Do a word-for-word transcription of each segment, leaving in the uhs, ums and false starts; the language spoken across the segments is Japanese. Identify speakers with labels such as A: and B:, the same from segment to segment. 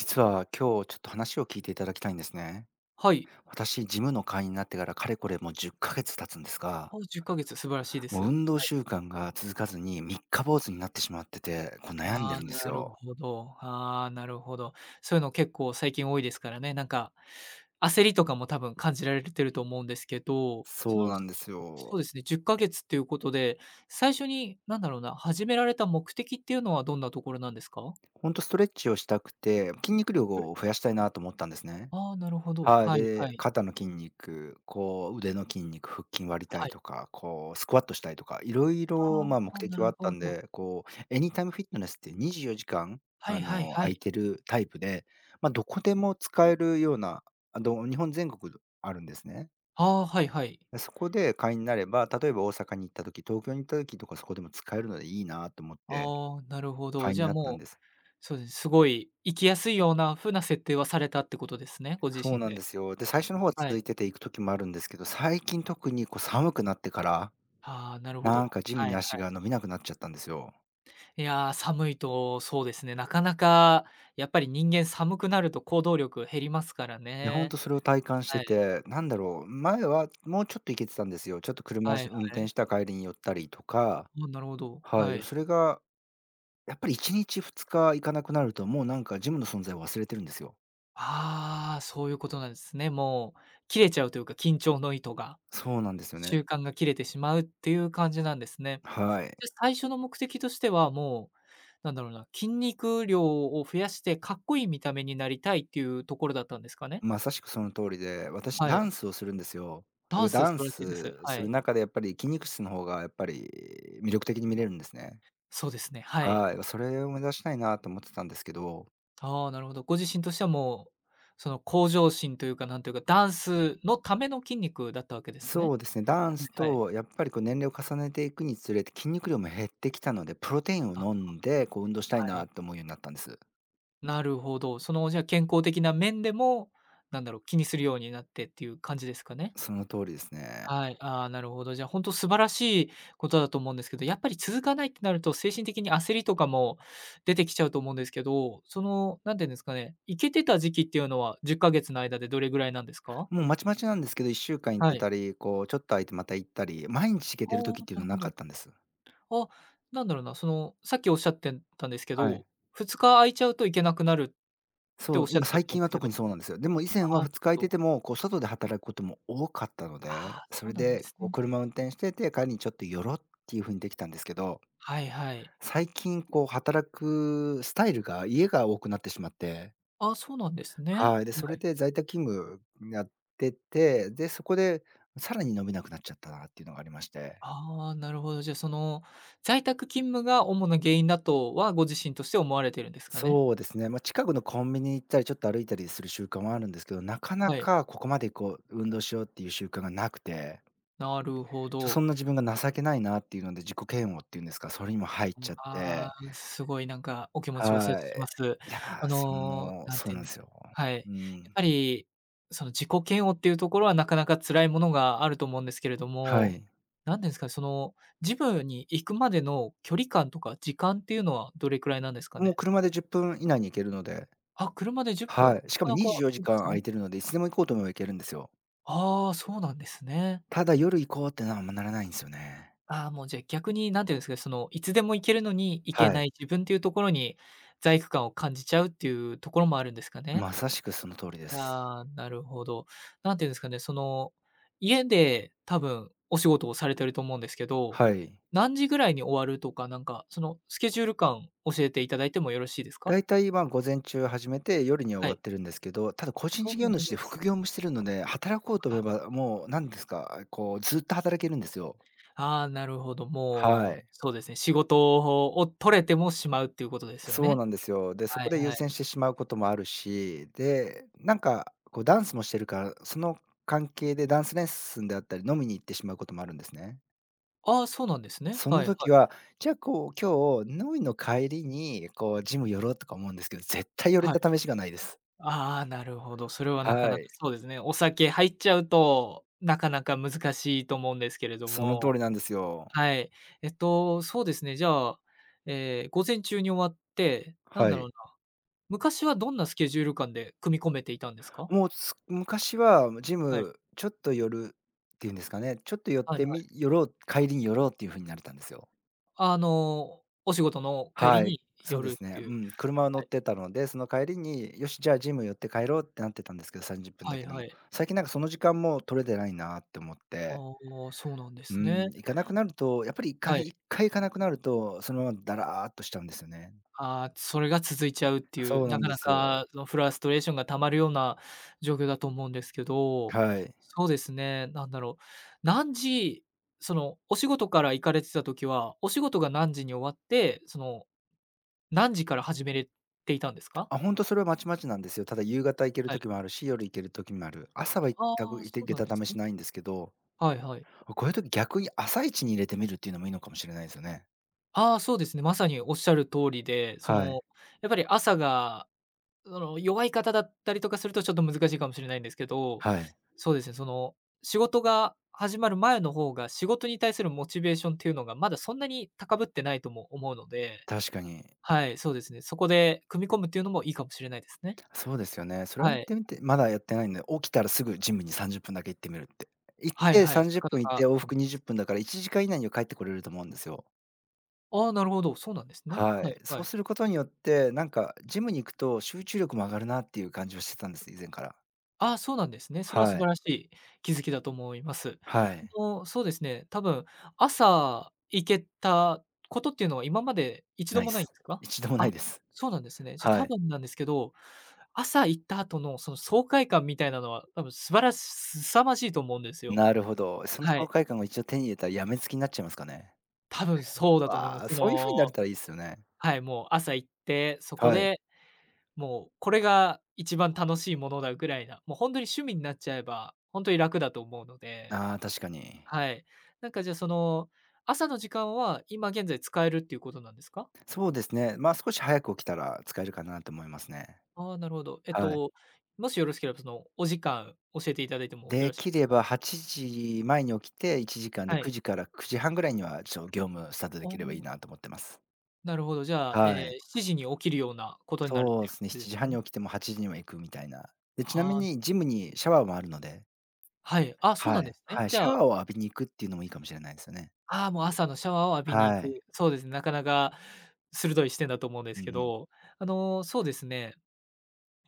A: 実は今日ちょっと話を聞いていただきたいんですね。
B: はい。
A: 私、ジムの会員になってからかれこれもうじゅっかげつ経つんですが、
B: あ、じゅっかげつ、素晴らしいで
A: も
B: す。
A: う運動
B: はい。
A: 習慣が続かずに三日坊主になってしまってて、こう悩ん
B: あ
A: で
B: あ、
A: るんです
B: なるほ
A: よ。
B: ど。ああ、なるほど。そういうの結構最近多いですからね。なんか、焦りとかも多分感じられてると思うんですけど、そ
A: そう
B: の、
A: なんです
B: そ
A: よ。
B: うですね、じゅっかげつっていうことで、最初になんだろうな、始められた目的っていうのはどんなところなんですか？
A: ほんとストレッチをしたくて、筋肉量
B: それ
A: を増
B: ち
A: やしたいなと思ったんですね。
B: ああ、なるほど。
A: はい、
B: はいは
A: で、
B: い。
A: 肩の筋肉、こう腕の筋肉、腹筋割りた
B: は
A: い
B: い。
A: とか、こうスクワットしたいとか、いろい
B: あ
A: ろ、ま、目
B: あ、な
A: 的
B: る
A: はあった
B: ほ
A: ん
B: ど。
A: で、こうエニタイムフィットネスってにじゅうよじかん、
B: は
A: あ
B: いはい
A: の、
B: は
A: 空
B: い。
A: いてるタイプで、ま、どこでも使えるような、あの、日本全国あるんですね。
B: ああ、はいはい。
A: で、そこで会員になれば、例えば大阪に行った時、東京に行った時とかそこでも使えるのでいいなと思って
B: ああ、なるほど。
A: 会員
B: じ
A: に
B: ゃあ、
A: なったん
B: も
A: で
B: う、
A: す。
B: そうです。すごい生きやすいような風な設定はされたってことですね、ご自
A: そう
B: 身
A: なんで
B: で。
A: すよ。で、最初の方は
B: は
A: 続
B: い。
A: いてて行く時もあるんですけど、最近特にこう寒くなってから
B: ああ、なるほ
A: なん
B: ど。
A: かジム
B: はい
A: に
B: はい。
A: 足が伸びなくなっちゃったんですよ。
B: いや、寒いとそうですね、なかなかやっぱり人間寒くなると行動力減りますから
A: いや、ほん
B: ね。
A: とそれを体感し
B: は
A: て
B: い。
A: て、なんだろう、前はもうちょっと行けてたんですよ。ちょっと車
B: はい
A: し運
B: は
A: 転
B: い。
A: した帰りに寄ったりとか、
B: あ、なるほど。
A: はい、
B: は
A: でも
B: い。
A: それがやっぱりいちにちふつか行かなくなると、もうなんかジムの存在を忘れてるんですよ。
B: ああ、そういうことなんですね。もう切れちゃうというか、緊張の糸が、
A: そうなんですよね。
B: 習慣が切れてしまうっていう感じなんですね。
A: はい。
B: じゃ、最初の目的としては、もう、なんだろうな、筋肉量を増やしてかっこいい見た目になりたいっていうところだったんですかね？
A: まさしくその通りで、私
B: は
A: ダ
B: い。
A: ンスをするんですよ。
B: ダン
A: で
B: ス
A: ダ
B: 素
A: ン
B: 晴らしいです。
A: ス
B: は
A: する
B: い。
A: 中でやっぱり筋肉質の方がやっぱり魅力的に見れるんですね。
B: そうですね、はい。
A: はい、それを目指したいなと思ってたんですけど
B: ああ、なるほど。ご自身としてはもう、その向上心というか、なんというか、ダンスのための筋肉だったわけです
A: そ
B: ね。
A: うですね、ダンス
B: はいはい。
A: とやっぱりこう年齢を重ねていくにつれて筋肉量も減ってきたので、プロテインを
B: あ、
A: 飲んで、こう運動したい
B: はい。
A: なと思うようになったんです。
B: なるほど。その、じゃあ、健康的な面でも、なんだろう、気にするようになってっていう感じですかね？
A: その通りですね。
B: はい、ああ、なるほど。じゃあ、ほ素晴らしいことだと思うんですけど、やっぱり続かないってなると、精神的に焦りとかも出てきちゃうと思うんですけど、その、なんて言うんですかね、いけてた時期っていうのはじゅっかげつの間でどれぐらいなんですか？
A: もうまちまちなんですけど、いっしゅうかん行っ
B: は
A: て
B: い。
A: たり、こうちょっと空いてまた行ったり、毎日行け
B: あ
A: てる
B: あ、
A: 時っていう
B: な
A: の
B: る
A: は
B: ほ
A: なか
B: ど。
A: ったんです。
B: あ、なんだろうな、その、さっきおっしゃってたんですけ
A: はい。
B: ど、ふつか空いちゃうと行けなくなるって
A: そ
B: おっ
A: う、
B: しゃっ
A: 今
B: てた
A: 最
B: と思うん
A: 近
B: です
A: は
B: け
A: 特
B: ど、
A: にそうなんですよ。でも以前
B: ああ、
A: は
B: なる
A: ふつか
B: ほ
A: 空いて
B: ど。
A: ても、こう外で働くことも多かったの
B: あ
A: で、
B: あ、
A: そ
B: そう
A: れ
B: なんで
A: で
B: す
A: こう
B: ね。
A: 車運転してて、帰りにちょっと寄ろっていう風にできたんですけど
B: はいはい。
A: 最近こう働くスタイルが家が多くなってしまって、
B: ああ、そうなんですね。
A: はい、で、それで在宅勤務やってて、で、そこでさらに飲めなくなっちゃったなっていうのがありまして。
B: ああ、なるほど。じゃあ、その、在宅勤務が主な原因だとは、ご自身として思われてるんですかね？
A: そうですね、ま、近くのコンビニ行ったり、ちょっと歩いたりする習慣はあるんですけど、なかな
B: はい、
A: かここまでこう運動しようっていう習慣がなくて、
B: なるほ
A: ちょそ
B: ど。
A: んな自分が情けないなっていうので、自己嫌悪っていうんですか、それにも入っちゃっ
B: ああ、
A: て、
B: すごいなんかお気持ちをお察
A: は
B: しし
A: い。
B: ます。
A: いや、
B: あ
A: そ
B: の、
A: の
B: なん
A: そう
B: て言う
A: な
B: ん
A: ん
B: で
A: で
B: す
A: す
B: か。
A: よ。
B: はい。やっ
A: うん。
B: ぱり、その自己嫌悪っていうところはなかなか辛いものがあると思うんですけれど
A: は
B: も、
A: い。
B: 何ていうんですかね、その、ジムに行くまでの距離感とか時間っていうのはどれくらいなんですか
A: もう
B: ね？
A: 車でじゅっぷん以内に行けるので、
B: あ、車でじゅっぷん、な
A: はい。しか
B: か
A: も
B: なか
A: 24時
B: いいで
A: 間
B: すね。
A: 空いてるので、いつでも行こうと思えば行けるんですよ。
B: ああ、そうなんですね。
A: ただ夜行こうってのはあんまならないんですよね。
B: ああ、もうじゃあ逆に何て言うんですかね、その、いつでも行けるのに行け
A: は
B: な
A: い。
B: い自分っていうところに、罪悪感を感じちゃうっていうところもあるんですかね？
A: まさしくその通りです。
B: ああ、なるほど。何て言うんですかね、その、家で多分お仕事をされてると思うんですけど、
A: はい。
B: 何時ぐらいに終わるとか、なんか、その、スケジュール感教えていただいてもよろしいです
A: だ
B: か？
A: いたい、ま、午前中始めて夜には
B: は
A: 終わ
B: い。
A: ってるんですけど、ただ個人
B: お、
A: 事
B: な
A: 業
B: るほ
A: 主
B: ど。
A: で副業もしてるので、働こうと思え
B: あ、
A: ばもう何ですか、こうずっと働けるんですよ。
B: ああ、なるほど。
A: は
B: もう、
A: い。
B: そうですね、仕事を取れてもしまうっていうことですよ
A: そう
B: ね。
A: なんですよ。で、そ
B: はい
A: こで優
B: はい。
A: 先してしまうこともあるし、で、なんかこうダンスもしてるから、その関係でダンスレッスンであったり、飲みに行ってしまうこともあるんですね。
B: ああ、そうなんですね。
A: そ
B: は
A: の
B: いは
A: 時
B: い。
A: は、じゃあこう今日飲みの帰りにこうジム寄ろうとか思うんですけど、絶対寄
B: は
A: れ
B: い。
A: た試しがないです。
B: ああ、なるほど。それはなか
A: は
B: なか
A: い。
B: そうですね。お酒入っちゃうと、なかなか難しいと思うんですけれど
A: その通
B: も、
A: りなんですよ。
B: はい。えっと、そうですね、じゃあ、えー午前中に終わって、なん
A: は
B: だろ
A: い。
B: うな、昔はどんなスケジュール感で組み込めていたんですか？
A: もうす昔はジ
B: はい。
A: ムちょっと寄るっていうんですかね、ちょっと寄っ
B: はいは
A: てみ
B: い。
A: 寄ろう、帰りに寄ろうっていう風になれたんですよ。
B: あの、お仕事の帰り
A: はい、
B: に
A: そ
B: 寄
A: うで
B: る
A: す
B: っ
A: ね。
B: ていう。
A: うん、車を乗
B: は
A: っ
B: い。
A: てたので、その帰りに、よし、じゃあジム寄って帰ろうってなってたんですけど、さんじゅっぷん
B: は
A: だ
B: い
A: けで
B: は
A: も。
B: い。
A: 最近なんかその時間も取れてないなって思っ
B: あ
A: て、
B: あ、そうなんで
A: う
B: す
A: ん、
B: ね。
A: 行かなくなると、やっぱり1
B: は
A: 回
B: い。
A: 一回行かなくなると、そのままだらーっとしちゃうんですよね。
B: ああ、それが続いちゃうっていう、
A: そうな
B: な
A: ん
B: か
A: で
B: な
A: すよ。
B: かそのフラストレーションが溜まるような状況だと思うんですけど、
A: はい。
B: そうですね、なんだろう、何時、そのお仕事から行かれてた時は、お仕事が何時に終わって、その何時から始めれていたんですか？
A: あ、本当それはまちまちなんですよ。ただ夕方行ける
B: はい。
A: 時もあるし、夜行ける時もある。朝は
B: あ
A: 全
B: あ、
A: く
B: そ
A: て行
B: う
A: け
B: なん
A: た
B: です
A: 試
B: ね。
A: しないんですけど、
B: はいはい。
A: こういう時逆に朝一に入れてみるっていうのもいいのかもしれないですよね。
B: ああ、そうですね、まさにおっしゃる通りで、そ
A: はい、
B: のやっぱり朝がその、弱い方だったりとかするとちょっと難しいかもしれないんですけど、
A: はい、
B: そうですね、その、仕事が始まる前の方が、仕事に対するモチベーションっていうのが、まだそんなに高ぶってないとも思うので、
A: 確かに。
B: はい、そうですね、そこで組み込むっていうのもいいかもしれないですね。
A: そうですよね。それを
B: は
A: やっ
B: い。
A: てみて、まだやってないんで、起きたらすぐジムにさんじゅっぷんだけ行ってみるって。行っ
B: はい
A: て
B: はい。
A: 30
B: なか
A: 分行っ
B: なか
A: て
B: いい
A: 往
B: と思
A: 復
B: う。
A: にじゅっぷんだからいちじかん以内には帰ってこれると思うんですよ。
B: ああ、なるほど、そうなんですね。
A: は
B: はい
A: い。そ
B: は
A: う
B: い。
A: することによって、なんかジムに行くと集中力も上がるなっていう感じはしてたんです、以前から。
B: ああ、そうなんですね。それは素
A: は
B: 晴
A: い。
B: らしい気づきだと思います。
A: は
B: あ
A: い。
B: の、そうですね、多分朝行けたことっていうのは今まで一度
A: ない
B: も
A: っ
B: ないんで
A: す。
B: すか？
A: 一度もない
B: あ、
A: です。
B: そうなんですね。じゃ、
A: は
B: 多
A: い。
B: 分なんですけど、朝行った後のその爽快感みたいなのは多分素晴らし凄まじいと思うんですよ。
A: なるほど。その
B: は
A: 爽
B: い、
A: 快感を一度手に入れたらやめつきになっちゃいますかね。
B: 多分そうだと思いま
A: わ
B: す。
A: あ、
B: そ
A: そういう風になれ
B: の、
A: たらいいですよね。
B: はい、もう朝行って、そこ
A: はい。
B: でもうこれが一番楽しいものだぐらいな、もう本当に趣味になっちゃえば、本当に楽だと思うので。
A: ああ、確かに。
B: はい。なんかじゃあその、朝の時間は今現在使えるっていうことなんですか？
A: そうですね。まあ、少し早く起きたら使えるかなと思いますね。
B: ああー、なるほど。えっ
A: はい。
B: と、もしよろしければそのお時間教えていただいてもよろ
A: で
B: しい
A: き
B: です
A: れ
B: か？
A: ばはちじまえに起きて、いちじかんで
B: は
A: 9
B: い。
A: 時からくじはんぐらいには、ちょ、業務スタートで
B: お
A: きればいい
B: ー、
A: なと思ってます。
B: なるほど。じゃあ、
A: は
B: ええ、
A: い。
B: しちじに起きるようなことになるっ
A: そ
B: て
A: う
B: いう
A: です
B: 感
A: ね、
B: じで
A: 7
B: す
A: 時
B: か
A: 半に
B: ね？
A: 起きてもはちじには行くみたいな。で、ちなみ
B: はあ、
A: にジムにシャワーもあるので、
B: はい。あ、そうな
A: は
B: んで
A: い、
B: すね。
A: はい、
B: じ
A: シ
B: ゃ
A: ャワ
B: あ、
A: ーを浴びに行くっていうのもいいかもしれないですよね。
B: ああ、もう朝のシャワーを浴びに行
A: はい。
B: く。そうですね、なかなか鋭い視点だと思うんで
A: う
B: す
A: んう
B: け
A: ん。
B: ど、あの、そうですね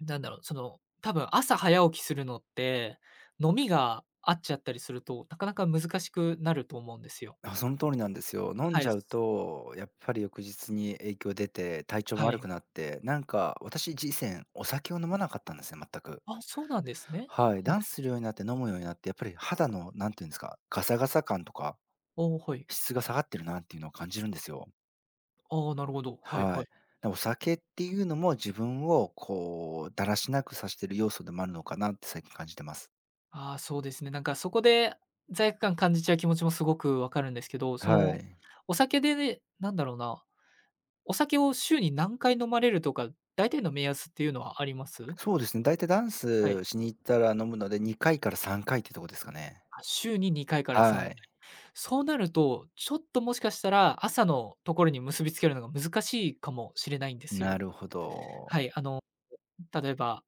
B: なんだろう、その、多分朝早起きするのって、飲みが合っちゃったりすると、なかなか難しくなると思うんですよ。
A: あ、その通りなんですよ。飲ん
B: は
A: じ
B: い。
A: ゃう
B: す
A: と、やっぱり翌日に影響出て、体調も
B: は
A: 悪
B: い。
A: くなって、なんか私以前、お酒を飲まなかったんですね、全く。
B: あ、そうなんですね。
A: はい、
B: うん。
A: ダンスするようになって飲むようになって、やっぱり肌の、なんていうんですか、ガサガサ感とか、
B: おお、はい。
A: 質が下がってるなっていうのを感じるんですよ。
B: ああ、なるほど。はい
A: は
B: はい。
A: い。だお酒っていうのも自分をこう、だらしなくさせてる要素でもあるのかなって最近感じてます。
B: ああ、そうですね。なんかそこで罪悪感感じちゃう気持ちもすごくわかるんですけど、そ
A: は
B: の、
A: い。
B: お酒でね、なんだろうな、お酒を週に何回飲まれるとか、大体の目安っていうのはあります？
A: そうですね、だいたいダン
B: はい。
A: スしに行ったら飲むので、にかいからさんかいってとこですかね。
B: あ、週ににかいからさ
A: は
B: ん
A: い。
B: そうなると、ちょっともしかしたら、朝のところに結びつけるのが難しいかもしれないんです
A: な
B: よ。
A: るほど。
B: はい、あの、例えば、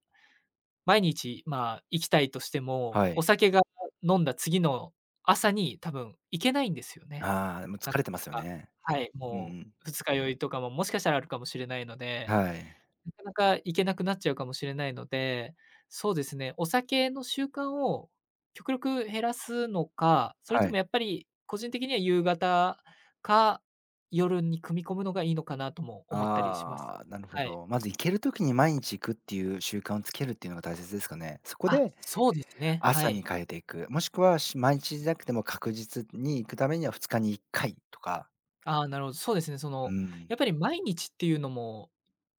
B: 毎日、まあ、行きたいとしても、
A: は
B: お
A: い。
B: 酒が飲んだ次の朝に多分行けないんですよね。
A: ああ、もう
B: な
A: 疲
B: か
A: れてますよ
B: なか。
A: ね。
B: はい、
A: うんう
B: も
A: ん。
B: う二日酔いとかももしかしたらあるかもしれないので。
A: はい。
B: なかなか行けなくなっちゃうかもしれないので、そうですね、お酒の習慣を極力減らすのか、それ
A: は
B: とも
A: い。
B: やっぱり個人的には夕方か、夜に組み込むのがいいのかなとも思ったりします。
A: ああ、なるほ
B: はい。
A: ど。まず行ける時に毎日行くっていう習慣をつけるっていうのが大切ですかね。そこ
B: あ、
A: で
B: そうですね、は
A: 朝に
B: い。
A: 変えていく、もしくはし毎日じゃなくても確実に行くためにはふつかにいっかいとか。
B: ああ、なるほど、そうですね、そ
A: う
B: の、
A: ん。
B: やっぱり毎日っていうのも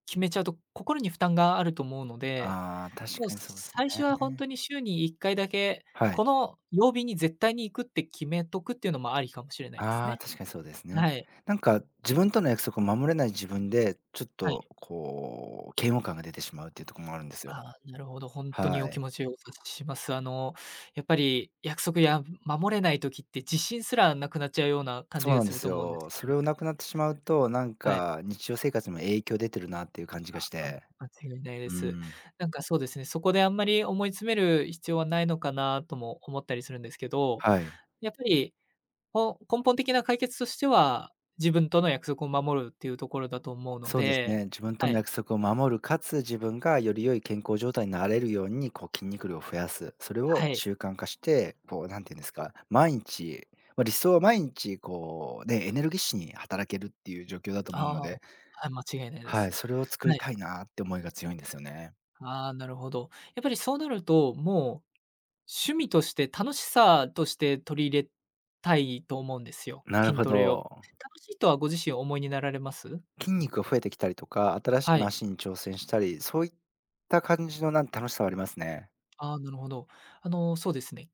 B: 決めちゃうと、心に負担があると思うので、
A: ああ、確
B: もう
A: かにそうですね。
B: 最初は本当に週にいっかいだけ、
A: は
B: こ
A: い。
B: の曜日に絶対に行くって決めとくっていうのもありかもしれないです
A: ああ、
B: ね。
A: 確かにそうですね。
B: はい。
A: なんか自分との約束を守れない自分で、ちょっ
B: はい。
A: とこう、嫌悪感が出てしまうっていうところもあるんです
B: あ
A: よ。
B: あ、なるほど、本当に
A: は
B: お気
A: い。
B: 持ちをお察しします。あの、やっぱり約束や守れない時って自信すらなくなっちゃうような感
A: そ
B: じ
A: う
B: が
A: なん
B: す
A: で
B: る
A: す
B: と思うんです
A: よ。
B: けれ
A: それ
B: ど
A: を
B: も。
A: なくなってしまうと、なん
B: はい。
A: か日常生活にも影響出てるなっていう感じがし
B: あ、
A: て。
B: 間違いないで
A: う
B: す。
A: ん。
B: なんかそうですね、そこであんまり思い詰める必要はないのかなとも思ったりするんですけど、
A: はい。
B: やっぱりほ根本的な解決としては、自分との約束を守るっていうところだと思うの
A: そうです
B: で、
A: ね。自分と
B: は
A: の
B: い、
A: 約束を守る、かつ自分がより良い健康状態になれるように、こう筋肉量を増やす。それを
B: はい、
A: 習慣化して、こうなんていうんですか、毎日、まあ、理想は毎日こうね、エネルギッシュに働けるっていう状況だと
B: あ
A: 思うの
B: あ、
A: で、
B: はい、間違いないで
A: はい、
B: す。
A: それを作
B: は
A: り
B: い、
A: たいなって思いが強いんですよね。
B: ああ、なるほど。やっぱりそうなると、もう、趣味として楽しさとして取り入れたいと思うんですよ、
A: なる
B: 筋
A: ほ
B: トレを。
A: ど。
B: 楽しいとはご自身お思いになられます？
A: 筋肉が増えてきたりとか、新し
B: は
A: いマ
B: い。
A: シンに挑戦したり、そういった感じのなん楽しさはありますね。
B: ああ、なるほど。あの、そうですね。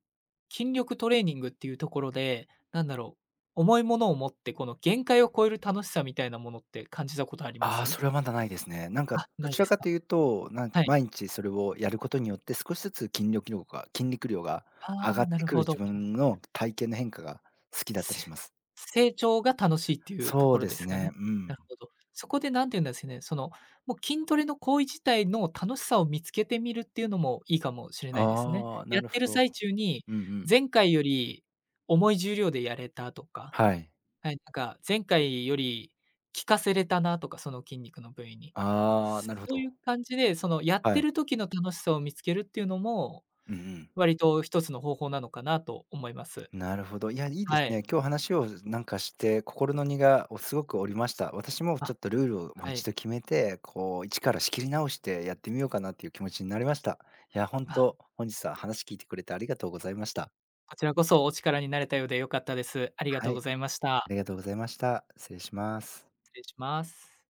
B: 筋力トレーニングっていうところで、なんだろう、重いものを持って、この限界を超える楽しさみたいなものって感じたことありま
A: ああ、
B: す？
A: それはまだないですね。なんか
B: あ、
A: ど
B: ない
A: ち
B: で
A: ら
B: す
A: か
B: か。
A: というと、なんか
B: はい。
A: 毎日それをやることによって少しずつ筋力量が筋肉量が
B: あ
A: 上
B: あ、
A: がっ
B: な
A: て
B: る
A: くる
B: ほど。
A: 自分の体型の変化が好きだったりし
B: せ
A: ます。
B: 成長が楽しいっていうと
A: そ
B: こ
A: う
B: ろ
A: で
B: で
A: す
B: すか
A: ね、
B: ね。
A: う
B: な
A: ん。
B: るほど。そこでなんて言うんですかね、その、もう筋トレの行為自体の楽しさを見つけてみるっていうのもいいかもしれないですね。
A: ああ、な
B: やっ
A: るほ
B: てる
A: ど。
B: 最中に、
A: うんうん。
B: 前回より重い重量でやれたとか、
A: はい。
B: はい、なんか前回より効かせれたなとか、その筋肉の部位に。
A: ああ、なるほ
B: そうい
A: ど。
B: う感じで、そのやっ
A: は
B: て
A: い。
B: る時の楽しさを見つけるっていうのも、
A: うんうん。
B: 割と一つの方法なのかなと思います。
A: なるほど。いや、いいです
B: はい。
A: ね。今日話をなんかして、心の荷がおすごく降りました。私もち
B: あ、
A: ょっとルールをもう
B: は
A: 一
B: い。
A: 度決めて、こう一から仕切り直してやってみようかなっていう気持ちになりました。いや、ほん
B: あ、
A: と、本日は話聞いてくれてありがとうございました。
B: こちらこそお力になれたようで良かったです。ありが
A: は
B: とうご
A: い、
B: ざいまし
A: あ
B: た。
A: りがとうございました。失礼します。
B: 失礼します。